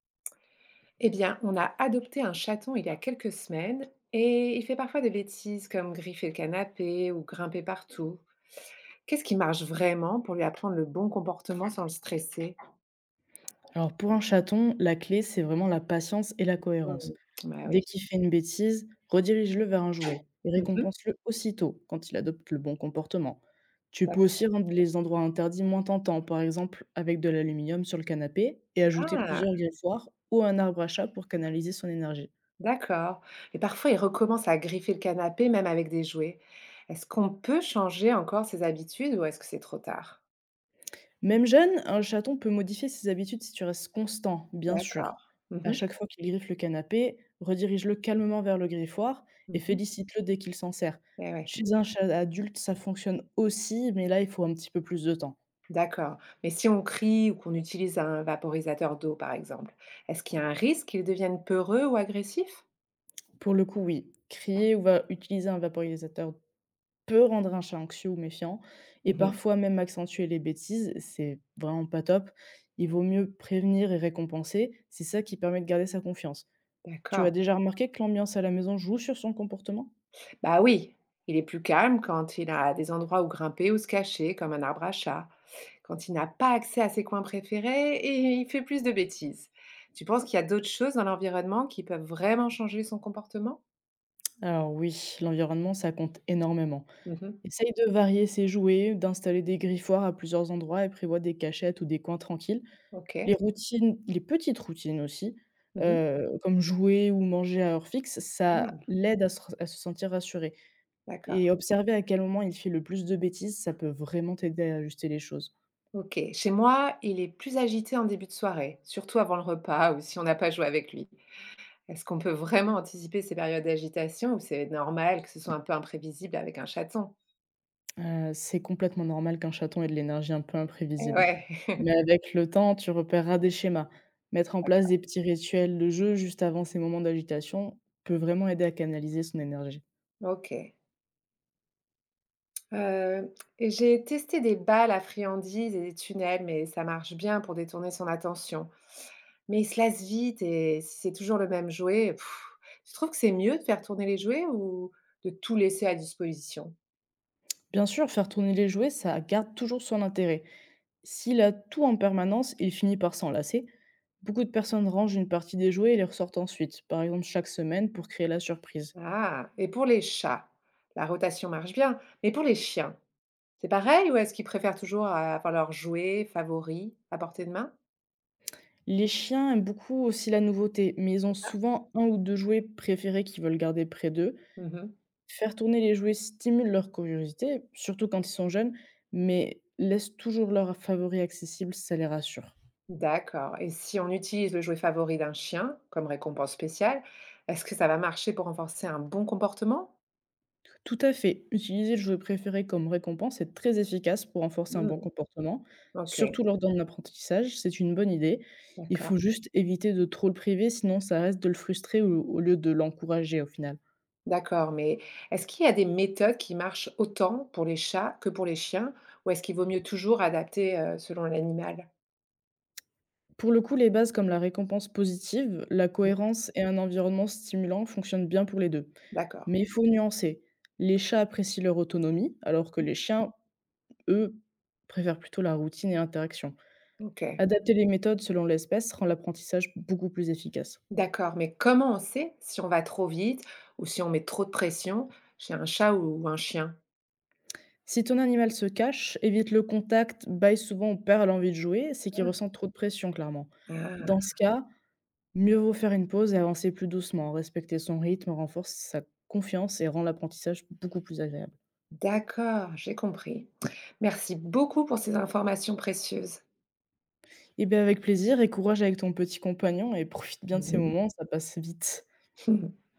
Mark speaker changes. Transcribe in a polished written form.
Speaker 1: Eh bien, on a adopté un chaton il y a quelques semaines et il fait parfois des bêtises comme griffer le canapé ou grimper partout. Qu'est-ce qui marche vraiment pour lui apprendre le bon comportement sans le stresser?
Speaker 2: Alors pour un chaton, la clé, c'est vraiment la patience et la cohérence.
Speaker 1: Hmm. Bah
Speaker 2: Dès
Speaker 1: oui.
Speaker 2: qu'il fait une bêtise, redirige-le vers un jouet et
Speaker 1: Mhm.
Speaker 2: récompense-le aussitôt quand il adopte le bon comportement. Tu peux
Speaker 1: D'ac-
Speaker 2: aussi rendre les endroits interdits moins tentants, par exemple avec de l'aluminium sur le canapé et ajouter
Speaker 1: ah,
Speaker 2: plusieurs griffoirs ou un arbre à chat pour canaliser son énergie.
Speaker 1: D'accord. Et parfois, il recommence à griffer le canapé même avec des jouets. Est-ce qu'on peut changer encore ses habitudes ou est-ce que c'est trop tard?
Speaker 2: Même jeune, un chaton peut modifier ses habitudes si tu restes constant, bien sûr.
Speaker 1: D'accord.
Speaker 2: À
Speaker 1: Mhm,
Speaker 2: chaque fois qu'il griffe le canapé, redirige-le calmement vers le griffoir et
Speaker 1: mhm.
Speaker 2: félicite-le dès qu'il s'en sert.
Speaker 1: Eh ouais.
Speaker 2: Chez un chat adulte, ça fonctionne aussi, mais là, il faut un petit peu plus de temps.
Speaker 1: D'accord. Mais si on crie ou qu'on utilise un vaporisateur d'eau, par exemple, est-ce qu'il y a un risque qu'ils deviennent peureux ou agressifs?
Speaker 2: Pour le coup, oui, crier ou va utiliser un vaporisateur peut rendre un chat anxieux ou méfiant et
Speaker 1: Mhm.
Speaker 2: parfois même accentuer les bêtises. C'est vraiment pas top. Il vaut mieux prévenir et récompenser. C'est ça qui permet de garder sa confiance. Tu as
Speaker 1: D'accord.
Speaker 2: déjà remarqué que l'ambiance à la maison joue sur son comportement?
Speaker 1: Bah oui, il est plus calme quand il a des endroits où grimper ou se cacher, comme un arbre à chat, quand il n'a pas accès à ses coins préférés et il fait plus de bêtises. Tu penses qu'il y a d'autres choses dans l'environnement qui peuvent vraiment changer son comportement?
Speaker 2: Alors oui, l'environnement, ça compte énormément.
Speaker 1: Mhm.
Speaker 2: Essaye de varier ses jouets, d'installer des griffoirs à plusieurs endroits et prévois des cachettes ou des coins tranquilles.
Speaker 1: Ok.
Speaker 2: Les routines, les petites routines aussi,
Speaker 1: Mhm.
Speaker 2: comme jouer ou manger à heure fixe, ça
Speaker 1: Mm.
Speaker 2: l'aide à se sentir rassuré
Speaker 1: D'accord.
Speaker 2: et observer à quel moment il fait le plus de bêtises, ça peut vraiment t'aider à ajuster les choses.
Speaker 1: Ok. Chez moi, il est plus agité en début de soirée, surtout avant le repas ou si on n'a pas joué avec lui. Est-ce qu'on peut vraiment anticiper ces périodes d'agitation ou c'est normal que ce soit un peu imprévisible avec un chaton?
Speaker 2: C'est complètement normal qu'un chaton ait de l'énergie un peu
Speaker 1: Eh
Speaker 2: imprévisible.
Speaker 1: ouais.
Speaker 2: Mais avec le temps, tu repéreras des schémas. Mettre en place
Speaker 1: D'accord,
Speaker 2: des petits rituels de jeu juste avant ces moments d'agitation peut vraiment aider à canaliser son énergie.
Speaker 1: OK. Et j'ai testé des balles à friandises et des tunnels, mais ça marche bien pour détourner son attention. Mais il se lasse vite et si c'est toujours le même jouet, pff, tu trouves que c'est mieux de faire tourner les jouets ou de tout laisser à disposition?
Speaker 2: Bien sûr, faire tourner les jouets, ça garde toujours son intérêt. S'il a tout en permanence, il finit par s'en lasser. Beaucoup de personnes rangent une partie des jouets et les ressortent ensuite, par exemple chaque semaine pour créer la surprise.
Speaker 1: Ah, et pour les chats, la rotation marche bien, mais pour les chiens, c'est pareil ou est-ce qu'ils préfèrent toujours avoir leur jouet favori à portée de main?
Speaker 2: Les chiens aiment beaucoup aussi la nouveauté, mais ils ont souvent un ou 2 jouets préférés qu'ils veulent garder près d'eux.
Speaker 1: Mmh.
Speaker 2: Faire tourner les jouets stimule leur curiosité, surtout quand ils sont jeunes, mais laisse toujours leurs favoris accessibles, ça les rassure.
Speaker 1: D'accord, et si on utilise le jouet favori d'un chien comme récompense spéciale, est-ce que ça va marcher pour renforcer un bon comportement?
Speaker 2: Tout à fait, utiliser le jouet préféré comme récompense est très efficace pour renforcer un bon
Speaker 1: Mmh,
Speaker 2: comportement,
Speaker 1: OK,
Speaker 2: surtout lors d'un apprentissage, c'est une bonne idée. Il
Speaker 1: d'accord.
Speaker 2: faut juste éviter de trop le priver, sinon ça reste de le frustrer au lieu de l'encourager au final.
Speaker 1: D'accord, mais est-ce qu'il y a des méthodes qui marchent autant pour les chats que pour les chiens ou est-ce qu'il vaut mieux toujours adapter, selon l'animal?
Speaker 2: Pour le coup, les bases comme la récompense positive, la
Speaker 1: Mmh,
Speaker 2: cohérence et un environnement stimulant fonctionnent bien pour les deux.
Speaker 1: d'accord.
Speaker 2: Mais il faut nuancer. Les chats apprécient leur autonomie, alors que les chiens, eux, préfèrent plutôt la routine et l'interaction.
Speaker 1: OK,
Speaker 2: Adapter les méthodes selon l'espèce rend l'apprentissage beaucoup plus efficace.
Speaker 1: d'accord, mais comment on sait si on va trop vite ou si on met trop de pression chez un chat ou un chien?
Speaker 2: Si ton animal se cache, évite le contact, baille souvent ou perd l'envie de jouer, c'est qu'il
Speaker 1: Ah.
Speaker 2: ressent trop de pression, clairement.
Speaker 1: Ah.
Speaker 2: Dans ce cas, mieux vaut faire une pause et avancer plus doucement. Respecter son rythme renforce sa confiance et rend l'apprentissage beaucoup plus agréable.
Speaker 1: D'accord, j'ai compris. Merci beaucoup pour ces informations précieuses.
Speaker 2: Eh bien, avec plaisir et courage avec ton petit compagnon et profite bien de ces
Speaker 1: Mmh.
Speaker 2: moments, ça passe vite.